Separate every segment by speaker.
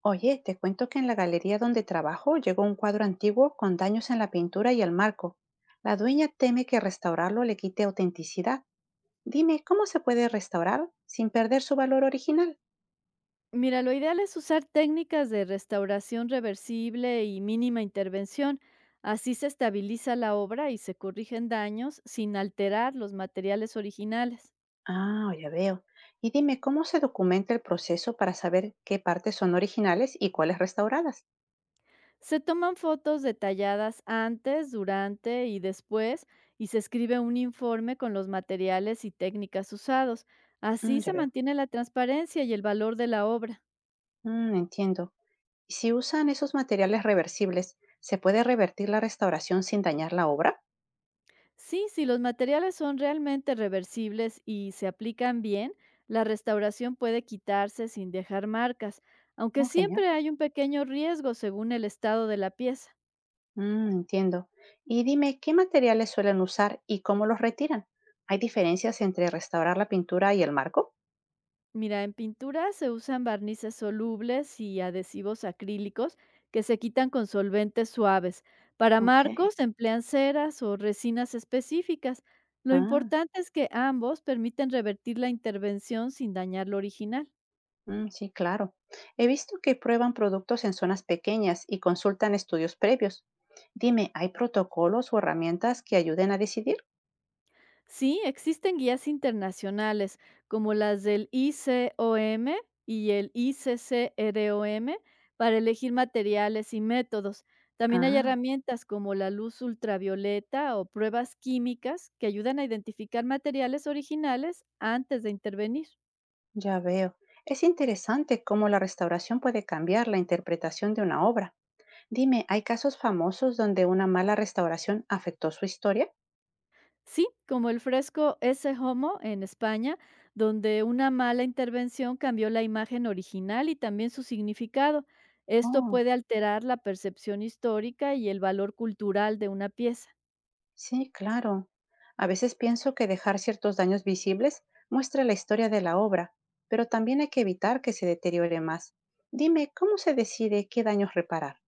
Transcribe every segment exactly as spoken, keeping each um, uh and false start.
Speaker 1: Oye, te cuento que en la galería donde trabajo llegó un cuadro antiguo con daños en la pintura y el marco. La dueña teme que restaurarlo le quite autenticidad. Dime, ¿cómo se puede restaurar sin perder su valor original?
Speaker 2: Mira, lo ideal es usar técnicas de restauración reversible y mínima intervención. Así se estabiliza la obra y se corrigen daños sin alterar los materiales originales.
Speaker 1: Ah, ya veo. Y dime, ¿cómo se documenta el proceso para saber qué partes son originales y cuáles restauradas?
Speaker 2: Se toman fotos detalladas antes, durante y después y se escribe un informe con los materiales y técnicas usados.
Speaker 1: Mm,
Speaker 2: Así
Speaker 1: ya
Speaker 2: se
Speaker 1: veo.
Speaker 2: mantiene la transparencia y el valor de la obra.
Speaker 1: Mm, entiendo. ¿Y si usan esos materiales reversibles, se puede revertir la restauración sin dañar la obra?
Speaker 2: Sí, si los materiales son realmente reversibles y se aplican bien, la restauración puede quitarse sin dejar marcas, aunque
Speaker 1: Oh, genial.
Speaker 2: siempre hay un pequeño riesgo según el estado de la pieza.
Speaker 1: Mm, entiendo. Y dime, ¿qué materiales suelen usar y cómo los retiran? ¿Hay diferencias entre restaurar la pintura y el marco?
Speaker 2: Mira, en pintura se usan barnices solubles y adhesivos acrílicos que se quitan con solventes suaves. Para
Speaker 1: Ok.
Speaker 2: marcos se emplean ceras o resinas específicas. Lo
Speaker 1: Ah,
Speaker 2: importante es que ambos permiten revertir la intervención sin dañar lo original.
Speaker 1: mm, sí, claro. He visto que prueban productos en zonas pequeñas y consultan estudios previos. Dime, ¿hay protocolos o herramientas que ayuden a decidir?
Speaker 2: Sí, existen guías internacionales como las del I C O M y el I C C R O M para elegir materiales y métodos. También hay
Speaker 1: Ah,
Speaker 2: herramientas como la luz ultravioleta o pruebas químicas que ayudan a identificar materiales originales antes de intervenir.
Speaker 1: ya veo. Es interesante cómo la restauración puede cambiar la interpretación de una obra. Dime, ¿hay casos famosos donde una mala restauración afectó su historia?
Speaker 2: Sí, como el fresco Ese Homo en España, donde una mala intervención cambió la imagen original y también su significado. Esto
Speaker 1: Oh.
Speaker 2: puede alterar la percepción histórica y el valor cultural de una pieza.
Speaker 1: Sí, claro. A veces pienso que dejar ciertos daños visibles muestra la historia de la obra, pero también hay que evitar que se deteriore más. Dime, ¿cómo se decide qué daños reparar?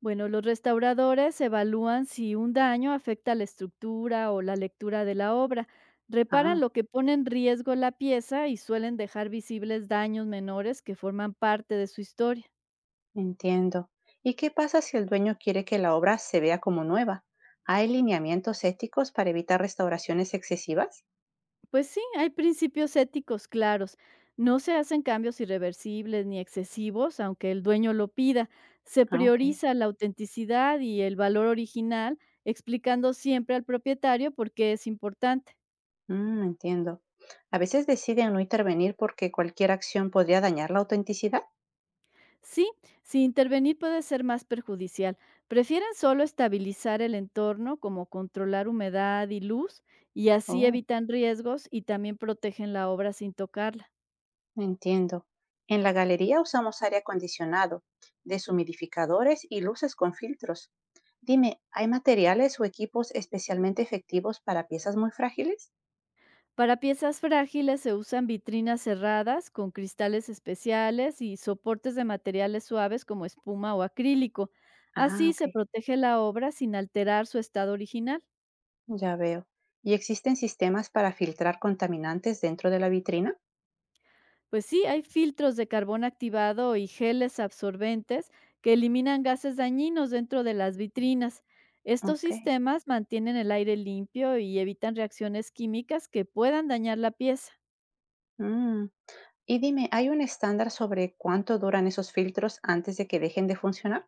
Speaker 2: Bueno, los restauradores evalúan si un daño afecta la estructura o la lectura de la obra, reparan
Speaker 1: Ah,
Speaker 2: lo que pone en riesgo la pieza y suelen dejar visibles daños menores que forman parte de su historia.
Speaker 1: entiendo. ¿Y qué pasa si el dueño quiere que la obra se vea como nueva? ¿Hay lineamientos éticos para evitar restauraciones excesivas?
Speaker 2: Pues sí, hay principios éticos claros. No se hacen cambios irreversibles ni excesivos, aunque el dueño lo pida. Se
Speaker 1: Ah, ok.
Speaker 2: prioriza la autenticidad y el valor original, explicando siempre al propietario por qué es importante.
Speaker 1: Mm, entiendo. A veces deciden no intervenir porque cualquier acción podría dañar la autenticidad.
Speaker 2: Sí, si intervenir puede ser más perjudicial. Prefieren solo estabilizar el entorno, como controlar humedad y luz, y así
Speaker 1: Oh.
Speaker 2: evitan riesgos y también protegen la obra sin tocarla.
Speaker 1: Entiendo. En la galería usamos aire acondicionado, deshumidificadores y luces con filtros. Dime, ¿hay materiales o equipos especialmente efectivos para piezas muy frágiles?
Speaker 2: Para piezas frágiles se usan vitrinas cerradas con cristales especiales y soportes de materiales suaves como espuma o acrílico.
Speaker 1: Ah,
Speaker 2: Así se
Speaker 1: ok,
Speaker 2: protege la obra sin alterar su estado original.
Speaker 1: ya veo. ¿Y existen sistemas para filtrar contaminantes dentro de la vitrina?
Speaker 2: Pues sí, hay filtros de carbón activado y geles absorbentes que eliminan gases dañinos dentro de las vitrinas. Estos
Speaker 1: Ok.
Speaker 2: sistemas mantienen el aire limpio y evitan reacciones químicas que puedan dañar la pieza.
Speaker 1: Mm. Y dime, ¿hay un estándar sobre cuánto duran esos filtros antes de que dejen de funcionar?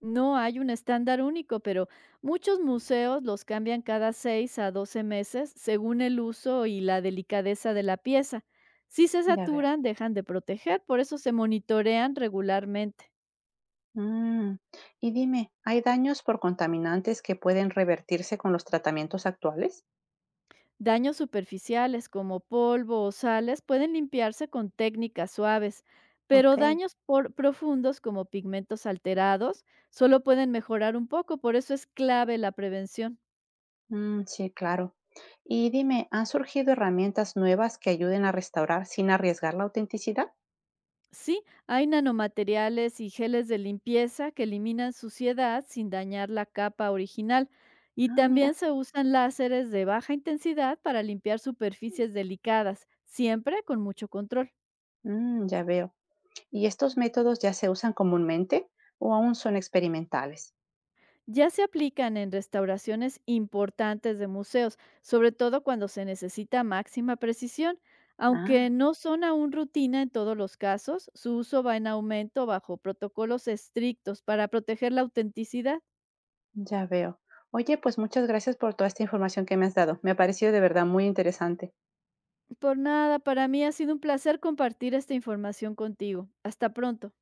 Speaker 2: No hay un estándar único, pero muchos museos los cambian cada seis a doce meses según el uso y la delicadeza de la pieza. Si se
Speaker 1: Ya veo.
Speaker 2: saturan, dejan de proteger, por eso se monitorean regularmente.
Speaker 1: Mm, Y dime, ¿hay daños por contaminantes que pueden revertirse con los tratamientos actuales?
Speaker 2: Daños superficiales como polvo o sales pueden limpiarse con técnicas suaves,
Speaker 1: Ok,
Speaker 2: pero daños por- profundos como pigmentos alterados solo pueden mejorar un poco, por eso es clave la prevención.
Speaker 1: Mm, sí, claro. Y dime, ¿han surgido herramientas nuevas que ayuden a restaurar sin arriesgar la autenticidad?
Speaker 2: Sí, hay nanomateriales y geles de limpieza que eliminan suciedad sin dañar la capa original y
Speaker 1: Ah,
Speaker 2: también
Speaker 1: mira,
Speaker 2: se usan láseres de baja intensidad para limpiar superficies delicadas, siempre con mucho control.
Speaker 1: Mm, ya veo. ¿Y estos métodos ya se usan comúnmente o aún son experimentales?
Speaker 2: Ya se aplican en restauraciones importantes de museos, sobre todo cuando se necesita máxima precisión. Aunque
Speaker 1: Ah,
Speaker 2: no son aún rutina en todos los casos, su uso va en aumento bajo protocolos estrictos para proteger la autenticidad.
Speaker 1: ya veo. Oye, pues muchas gracias por toda esta información que me has dado. Me ha parecido de verdad muy interesante.
Speaker 2: Por nada, para mí ha sido un placer compartir esta información contigo. Hasta pronto.